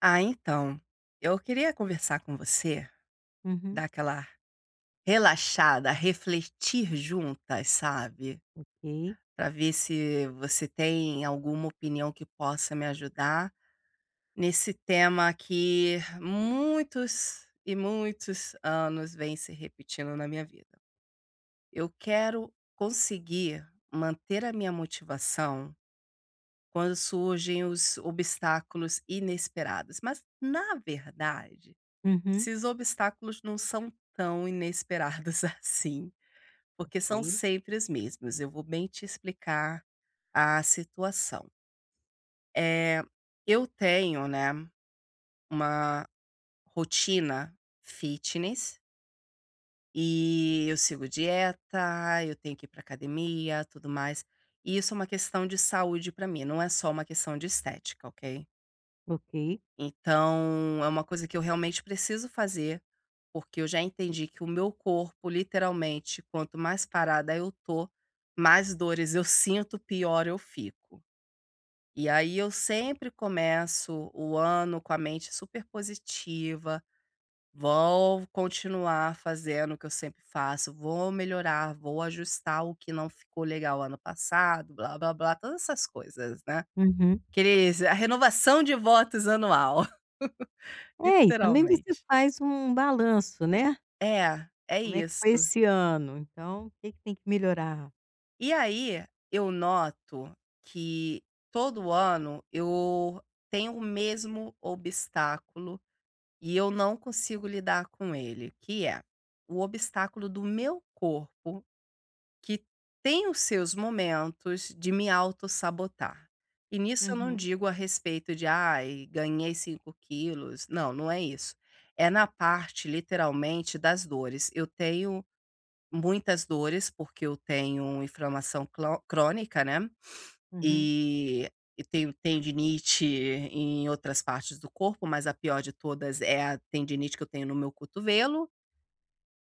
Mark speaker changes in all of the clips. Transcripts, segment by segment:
Speaker 1: Ah, então, eu queria conversar com você,
Speaker 2: Uhum.
Speaker 1: dar aquela relaxada, refletir juntas, sabe?
Speaker 2: Ok.
Speaker 1: Para ver se você tem alguma opinião que possa me ajudar nesse tema que muitos e muitos anos vem se repetindo na minha vida. Eu quero conseguir manter a minha motivação quando surgem os obstáculos inesperados, mas na verdade
Speaker 2: Uhum.
Speaker 1: esses obstáculos não são tão inesperados assim, porque
Speaker 2: Ok,
Speaker 1: são sempre os mesmos, eu vou bem te explicar a situação. É, eu tenho, né, uma rotina fitness e eu sigo dieta, eu tenho que ir para academia, tudo mais. E isso é uma questão de saúde para mim, não é só uma questão de estética, ok?
Speaker 2: ok.
Speaker 1: Então, é uma coisa que eu realmente preciso fazer, porque eu já entendi que o meu corpo, literalmente, quanto mais parada eu tô, mais dores eu sinto, pior eu fico. E aí eu sempre começo o ano com a mente super positiva, vou continuar fazendo o que eu sempre faço, vou melhorar, vou ajustar o que não ficou legal ano passado, blá blá blá, todas essas coisas, né?
Speaker 2: Uhum.
Speaker 1: Aqueles, a renovação de votos anual,
Speaker 2: É, e também você
Speaker 1: literalmente.
Speaker 2: faz um balanço, né,
Speaker 1: É, é
Speaker 2: como é que foi
Speaker 1: isso.
Speaker 2: esse ano, então o que que tem que melhorar.
Speaker 1: E aí, eu noto que todo ano eu tenho o mesmo obstáculo e eu não consigo lidar com ele, que é o obstáculo do meu corpo, que tem os seus momentos de me autossabotar. E nisso eu não
Speaker 2: Uhum,
Speaker 1: digo a respeito de, ai, ganhei 5 quilos. Não, não é isso. É na parte, literalmente, das dores. Eu tenho muitas dores, porque eu tenho inflamação cló crônica, né,
Speaker 2: uhum.
Speaker 1: e e tenho tendinite em outras partes do corpo, mas a pior de todas é a tendinite que eu tenho no meu cotovelo,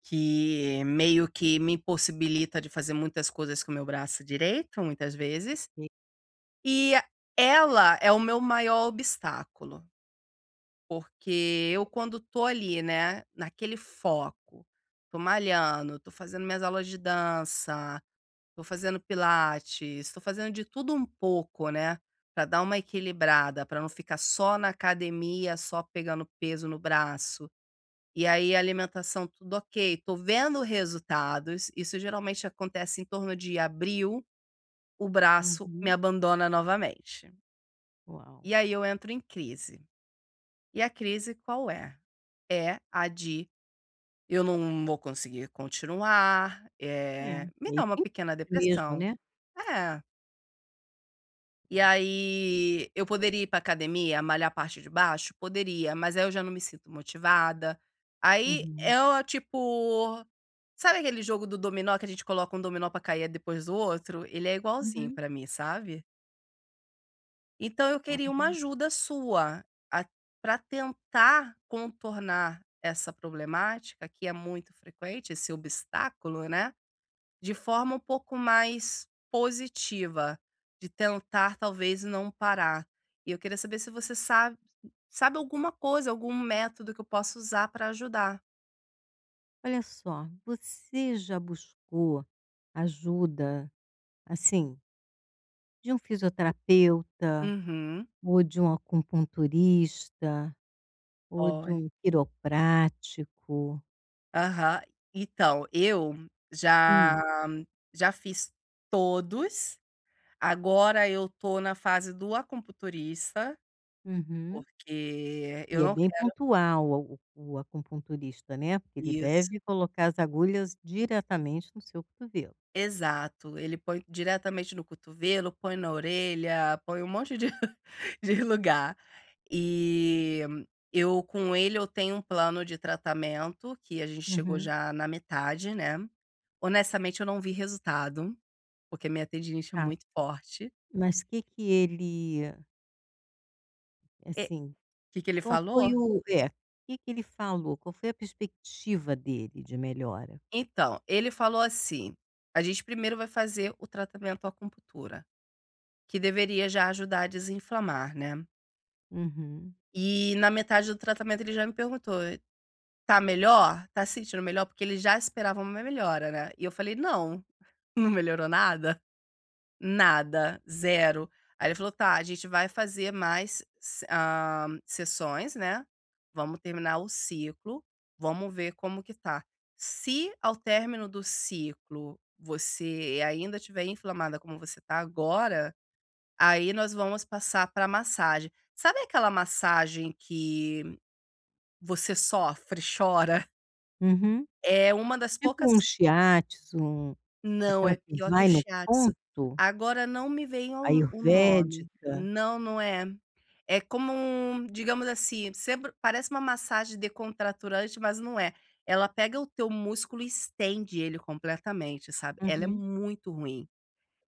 Speaker 1: que meio que me impossibilita de fazer muitas coisas com o meu braço direito, muitas vezes.
Speaker 2: Ok.
Speaker 1: E ela é o meu maior obstáculo, porque eu quando tô ali, né, naquele foco, tô malhando, tô fazendo minhas aulas de dança, tô fazendo pilates, tô fazendo de tudo um pouco, né, pra dar uma equilibrada, pra não ficar só na academia, só pegando peso no braço. E aí alimentação tudo ok, tô vendo resultados, isso geralmente acontece em torno de abril, o braço me
Speaker 2: Uhum.
Speaker 1: abandona novamente.
Speaker 2: Uau.
Speaker 1: E aí eu entro em crise. E a crise qual é? É a de eu não vou conseguir continuar,
Speaker 2: É,
Speaker 1: me
Speaker 2: e
Speaker 1: dá
Speaker 2: aí
Speaker 1: uma pequena
Speaker 2: mesmo,
Speaker 1: depressão.
Speaker 2: né.
Speaker 1: É. E
Speaker 2: É.
Speaker 1: aí, eu poderia ir pra academia, malhar a parte de baixo? Poderia, mas aí eu já não me sinto motivada. Aí
Speaker 2: Uhum,
Speaker 1: é o tipo, sabe aquele jogo do dominó que a gente coloca um dominó pra cair depois do outro? Ele é igualzinho
Speaker 2: uhum.
Speaker 1: pra mim, sabe. Então eu queria
Speaker 2: Olha
Speaker 1: uma ajuda sua, a pra tentar contornar essa problemática que é muito frequente, esse obstáculo, né. De forma um pouco mais positiva, de tentar talvez não parar. E eu queria saber se você sabe alguma coisa, algum método que eu possa usar para ajudar.
Speaker 2: olha só, você já buscou ajuda, assim, de um fisioterapeuta
Speaker 1: Uhum.
Speaker 2: ou de um acupunturista? Ou de
Speaker 1: Olha.
Speaker 2: um quiroprático.
Speaker 1: Aham. Então, eu já
Speaker 2: Hum,
Speaker 1: já fiz todos, agora eu tô na fase do acupunturista,
Speaker 2: uhum.
Speaker 1: porque eu
Speaker 2: E é
Speaker 1: não
Speaker 2: bem
Speaker 1: quero
Speaker 2: pontual o acupunturista, né, porque ele
Speaker 1: isso.
Speaker 2: deve colocar as agulhas diretamente no seu cotovelo.
Speaker 1: Exato, ele põe diretamente no cotovelo, põe na orelha, põe um monte de de lugar. E eu com ele eu tenho um plano de tratamento que a gente chegou
Speaker 2: Uhum.
Speaker 1: já na metade, né. Honestamente eu não vi resultado, porque minha tendinite é
Speaker 2: Tá,
Speaker 1: muito forte.
Speaker 2: mas o que que ele, assim,
Speaker 1: O que que ele
Speaker 2: qual
Speaker 1: falou?
Speaker 2: foi o que que ele falou? Qual foi a perspectiva dele de melhora?
Speaker 1: Então, ele falou assim: "A gente primeiro vai fazer o tratamento acupuntura, que deveria já ajudar a desinflamar, né".
Speaker 2: Uhum.
Speaker 1: E na metade do tratamento ele já me perguntou: "Tá melhor? Tá se sentindo melhor?" Porque eles já esperavam uma melhora, né. E eu falei: "Não, não melhorou nada. Nada, zero." Aí ele falou: "Tá, a gente vai fazer mais se hã, sessões, né, vamos terminar o ciclo, vamos ver como que tá. Se ao término do ciclo você ainda estiver inflamada como você tá agora, aí nós vamos passar para massagem". Sabe aquela massagem que você sofre, chora?
Speaker 2: Uhum.
Speaker 1: É uma das
Speaker 2: Tipo
Speaker 1: poucas.
Speaker 2: um shiatsu, um
Speaker 1: Não,
Speaker 2: aquela
Speaker 1: é
Speaker 2: que
Speaker 1: pior que o
Speaker 2: vai no
Speaker 1: shiatsu.
Speaker 2: ponto,
Speaker 1: Agora não me vem ao o nome.
Speaker 2: ayurvédica.
Speaker 1: Não, não é. É como um, digamos assim, sempre parece uma massagem descontraturante, mas não é. Ela pega o teu músculo e estende ele completamente, sabe. Ela é
Speaker 2: Uhum.
Speaker 1: muito ruim.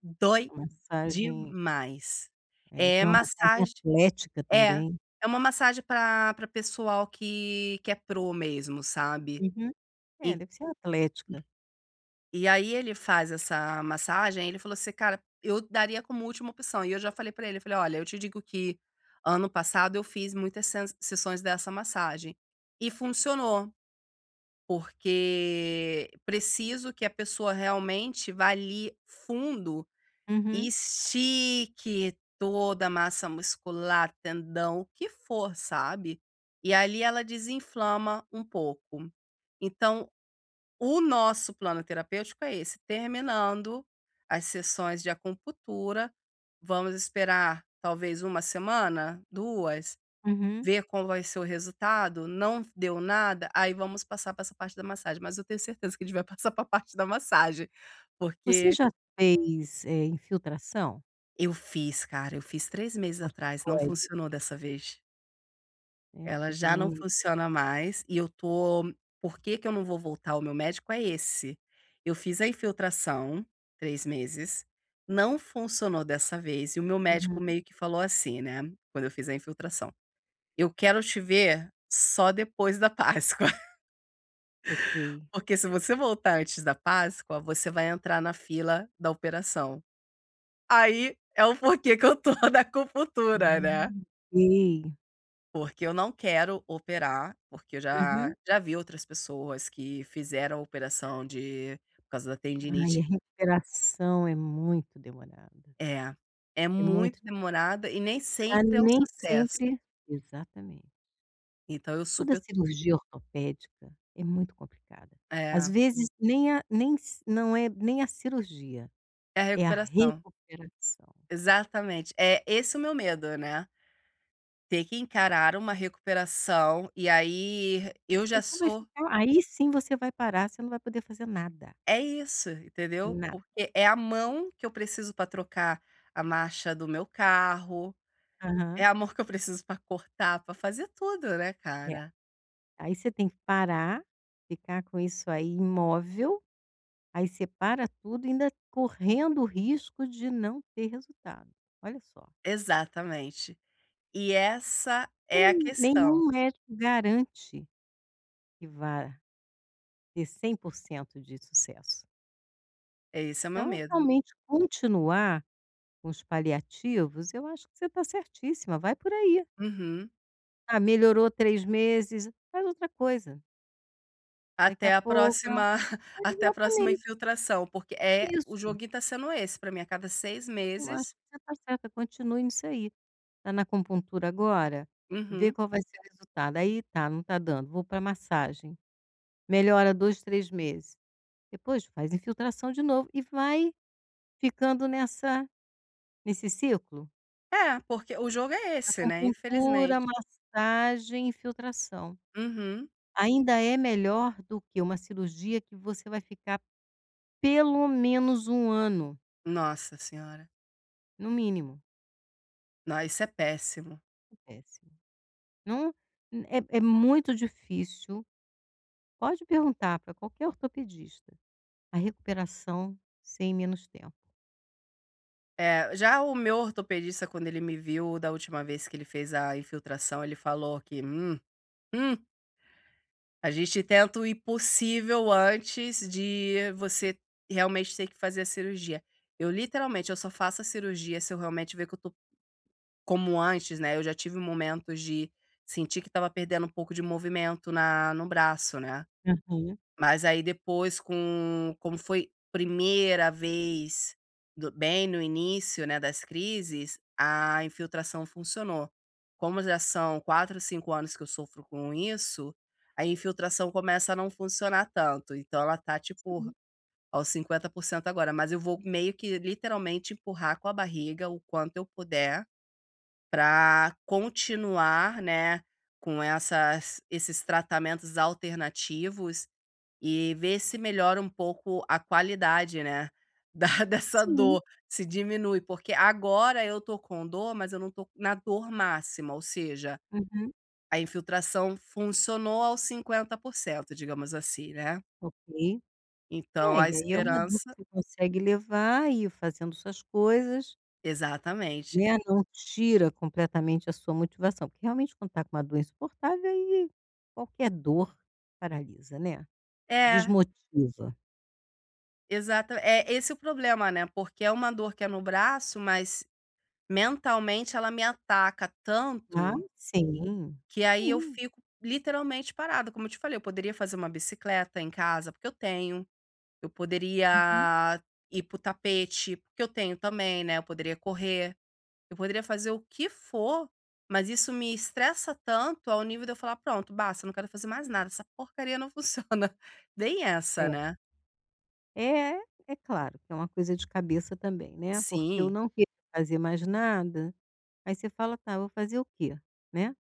Speaker 1: Dói
Speaker 2: Uma massagem,
Speaker 1: demais. É
Speaker 2: tem uma massagem
Speaker 1: massagem
Speaker 2: atlética
Speaker 1: é,
Speaker 2: também.
Speaker 1: é uma massagem para pra pessoal que é pro mesmo, sabe.
Speaker 2: Uhum. É, deve ser atlética.
Speaker 1: E aí ele faz essa massagem, ele falou assim: "Cara, eu daria como última opção". E eu já falei pra ele, eu falei: "Olha, eu te digo que ano passado eu fiz muitas sens sessões dessa massagem e funcionou, porque preciso que a pessoa realmente vá ali fundo e
Speaker 2: Uhum,
Speaker 1: estique toda a massa muscular, tendão, o que for, sabe? E ali ela desinflama um pouco". Então o nosso plano terapêutico é esse: terminando as sessões de acupuntura, vamos esperar talvez uma semana, 2,
Speaker 2: uhum.
Speaker 1: ver qual vai ser o resultado. Não deu nada, aí vamos passar para essa parte da massagem, mas eu tenho certeza que a gente vai passar para a parte da massagem,
Speaker 2: Você
Speaker 1: porque
Speaker 2: já fez, infiltração?
Speaker 1: eu fiz, cara, eu fiz 3 meses atrás, não
Speaker 2: Corticoide,
Speaker 1: funcionou dessa vez.
Speaker 2: né,
Speaker 1: Ela
Speaker 2: porque
Speaker 1: já não
Speaker 2: também
Speaker 1: funciona mais e eu tô, por que que eu não vou voltar ao meu médico é esse: eu fiz a infiltração, 3 meses, não funcionou dessa vez e o meu médico
Speaker 2: uhum.
Speaker 1: meio que falou assim, né, quando eu fiz a infiltração: "Eu quero te ver só depois da Páscoa,
Speaker 2: Ok.
Speaker 1: porque se você voltar antes da Páscoa, você vai entrar na fila da operação". Aí é o porquê que eu tô da acupuntura,
Speaker 2: Ah,
Speaker 1: né.
Speaker 2: ok.
Speaker 1: Porque eu não quero operar, porque eu já
Speaker 2: Uhum.
Speaker 1: já vi outras pessoas que fizeram a operação de por causa da
Speaker 2: Ai,
Speaker 1: tendinite.
Speaker 2: a recuperação é muito demorada,
Speaker 1: É, é
Speaker 2: é
Speaker 1: muito
Speaker 2: muito
Speaker 1: demorada e nem
Speaker 2: pra
Speaker 1: sempre é um
Speaker 2: nem
Speaker 1: sucesso.
Speaker 2: sempre exatamente.
Speaker 1: Então eu
Speaker 2: Toda
Speaker 1: super
Speaker 2: cirurgia ortopédica é muito complicada. Às
Speaker 1: é,
Speaker 2: vezes nem a nem s não é nem a cirurgia,
Speaker 1: é a
Speaker 2: é a
Speaker 1: recuperação.
Speaker 2: recuperação.
Speaker 1: Exatamente. É esse o meu medo, né, ter que encarar uma recuperação e aí eu
Speaker 2: Aí
Speaker 1: já
Speaker 2: você vai
Speaker 1: sou,
Speaker 2: ficar aí sim você vai parar, você não vai poder fazer nada,
Speaker 1: é isso, entendeu?
Speaker 2: nada.
Speaker 1: Porque é a mão que eu preciso para trocar a marcha do meu carro, é
Speaker 2: Aham.
Speaker 1: amor que eu preciso pra cortar, pra fazer tudo, né,
Speaker 2: É.
Speaker 1: cara.
Speaker 2: Aí você tem que parar, ficar com isso aí imóvel, aí você para tudo, ainda correndo o risco de não ter resultado. Olha só.
Speaker 1: Exatamente. E essa
Speaker 2: E
Speaker 1: é a questão.
Speaker 2: nenhum médico garante que vá ter 100% de sucesso.
Speaker 1: Esse é o meu
Speaker 2: Então,
Speaker 1: medo.
Speaker 2: realmente, continuar com os paliativos, eu acho que você está certíssima, vai por aí.
Speaker 1: Uhum.
Speaker 2: Ah, melhorou 3 meses, faz outra coisa. Daqui
Speaker 1: Até
Speaker 2: a
Speaker 1: a
Speaker 2: pouco ah,
Speaker 1: próxima até a próxima
Speaker 2: exatamente,
Speaker 1: infiltração, porque é o
Speaker 2: isso.
Speaker 1: joguinho tá sendo esse pra mim, a cada seis
Speaker 2: Eu acho
Speaker 1: meses
Speaker 2: que você está certa, continue nisso aí. Está na acupuntura agora, vê
Speaker 1: Uhum.
Speaker 2: qual vai ser o resultado. Aí tá, não está dando, vou para massagem. Melhora 2, 3 meses. Depois faz infiltração de novo e vai ficando nessa nesse ciclo.
Speaker 1: É, porque o jogo é esse, né,
Speaker 2: Acupuntura,
Speaker 1: infelizmente.
Speaker 2: massagem infiltração.
Speaker 1: Uhum.
Speaker 2: Ainda é melhor do que uma cirurgia que você vai ficar pelo menos um ano,
Speaker 1: Nossa senhora.
Speaker 2: no mínimo.
Speaker 1: Não, isso é péssimo.
Speaker 2: É péssimo. Não é muito difícil, pode perguntar para qualquer ortopedista, a recuperação sem menos tempo.
Speaker 1: É, já o meu ortopedista, quando ele me viu da última vez que ele fez a infiltração, ele falou que: hum. A gente tenta o impossível antes de você realmente ter que fazer a cirurgia". Eu literalmente, eu só faço a cirurgia se eu realmente ver que eu tô como antes, né. Eu já tive momentos de sentir que estava perdendo um pouco de movimento na no braço, né.
Speaker 2: Aham.
Speaker 1: Mas aí depois, como foi primeira vez, do bem no início, né, das crises, a infiltração funcionou. Como já são 4 5 anos que eu sofro com isso, a infiltração começa a não funcionar tanto, então ela tá, tipo,
Speaker 2: Sim,
Speaker 1: aos 50% agora, mas eu vou meio que literalmente empurrar com a barriga o quanto eu puder para continuar, né, com essas esses tratamentos alternativos e ver se melhora um pouco a qualidade, né, da dessa
Speaker 2: sim.
Speaker 1: dor, se diminui, porque agora eu tô com dor, mas eu não tô na dor máxima, ou seja,
Speaker 2: Uhum.
Speaker 1: a infiltração funcionou aos 50%, digamos assim, né.
Speaker 2: Ok.
Speaker 1: Então
Speaker 2: É,
Speaker 1: a
Speaker 2: e aí é uma dor
Speaker 1: esperança,
Speaker 2: que você consegue levar e ir fazendo suas coisas.
Speaker 1: exatamente.
Speaker 2: Né, não tira completamente a sua motivação, porque realmente quando tá com uma dor insuportável, aí qualquer dor paralisa, né,
Speaker 1: É,
Speaker 2: desmotiva.
Speaker 1: exata é esse o problema, né, porque é uma dor que é no braço, mas mentalmente ela me ataca
Speaker 2: Ah,
Speaker 1: tanto
Speaker 2: sim,
Speaker 1: que aí eu
Speaker 2: sim.
Speaker 1: fico literalmente parada, como eu te falei. Eu poderia fazer uma bicicleta em casa, porque eu tenho, eu
Speaker 2: Uhum.
Speaker 1: poderia ir pro tapete, porque eu tenho também, né? Eu poderia correr, eu poderia fazer o que for, mas isso me estressa tanto ao nível de eu falar: pronto, basta, eu não quero fazer mais nada, essa porcaria não funciona. Bem essa,
Speaker 2: É,
Speaker 1: né?
Speaker 2: é é claro que é uma coisa de cabeça também, né, porque eu
Speaker 1: Sim,
Speaker 2: não queria fazer mais nada, aí você fala: "Tá, vou fazer o quê?", né,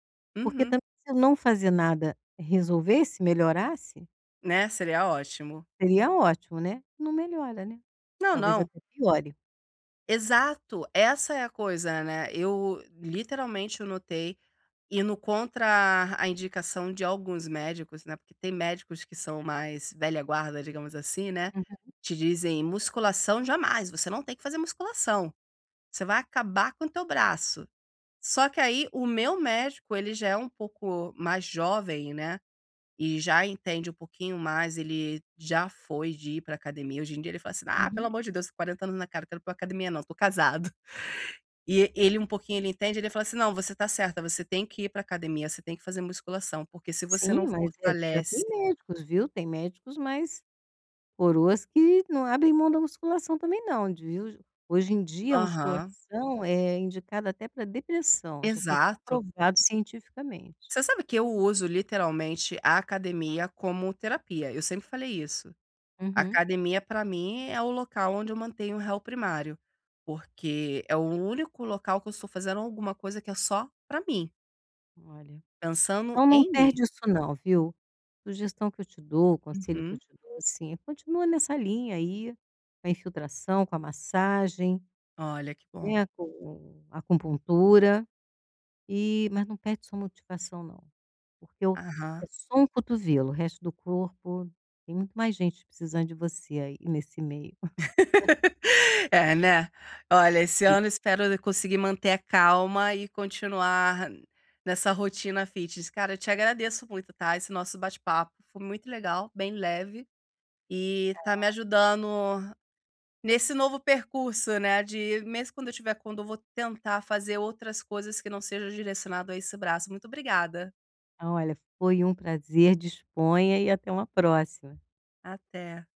Speaker 2: porque
Speaker 1: uhum,
Speaker 2: também se eu não fazer nada resolvesse, melhorasse,
Speaker 1: né? Seria ótimo.
Speaker 2: seria ótimo, né, não melhora, né,
Speaker 1: Não,
Speaker 2: talvez
Speaker 1: não,
Speaker 2: até piore.
Speaker 1: exato, essa é a coisa, né. Eu literalmente eu notei indo contra a indicação de alguns médicos, né, porque tem médicos que são mais velha guarda, digamos assim, né,
Speaker 2: Uhum,
Speaker 1: te dizem: "Musculação jamais, você não tem que fazer musculação, você vai acabar com o teu braço". Só que aí o meu médico, ele já é um pouco mais jovem, né, e já entende um pouquinho mais, ele já foi de ir pra academia. Hoje em dia ele fala assim: "Ah, pelo
Speaker 2: uhum.
Speaker 1: amor de Deus, 40 anos na cara, eu quero ir pra academia não, tô casado". E ele um pouquinho ele entende, ele fala assim: "Não, você está certa, você tem que ir para academia, você tem que fazer musculação, porque se você não
Speaker 2: Sim, mas é, já
Speaker 1: fortalece".
Speaker 2: tem médicos, viu, tem médicos mais coroas que não abrem mão da musculação também não, viu. Hoje em dia a
Speaker 1: Aham,
Speaker 2: musculação é indicada até para depressão, já foi
Speaker 1: exato.
Speaker 2: comprovado cientificamente.
Speaker 1: Você sabe que eu uso literalmente a academia como terapia, eu sempre falei isso. A
Speaker 2: Uhum.
Speaker 1: academia para mim é o local onde eu mantenho o réu primário, porque é o único local que eu estou fazendo alguma coisa que é só para mim,
Speaker 2: Olha.
Speaker 1: pensando
Speaker 2: Então não
Speaker 1: em mim.
Speaker 2: perde isso não, viu. Sugestão que eu te dou, conselho que eu
Speaker 1: Uhum.
Speaker 2: te dou, assim, é continua nessa linha aí, com a infiltração, com a massagem,
Speaker 1: Olha que bom.
Speaker 2: né, com a acupuntura, e mas não perde sua motivação não. Porque eu
Speaker 1: Aham.
Speaker 2: é só um cotovelo, o resto do corpo tem muito mais gente precisando de você aí nesse meio.
Speaker 1: É, né. Olha, esse ano espero eu conseguir manter a calma e continuar nessa rotina fitness. Cara, eu te agradeço muito, tá, esse nosso bate-papo foi muito legal, bem leve, e tá me ajudando nesse novo percurso, né, de mesmo quando eu vou tentar fazer outras coisas que não seja direcionado a esse braço. Muito obrigada.
Speaker 2: Então, olha, foi um prazer, disponha e até uma próxima.
Speaker 1: Até.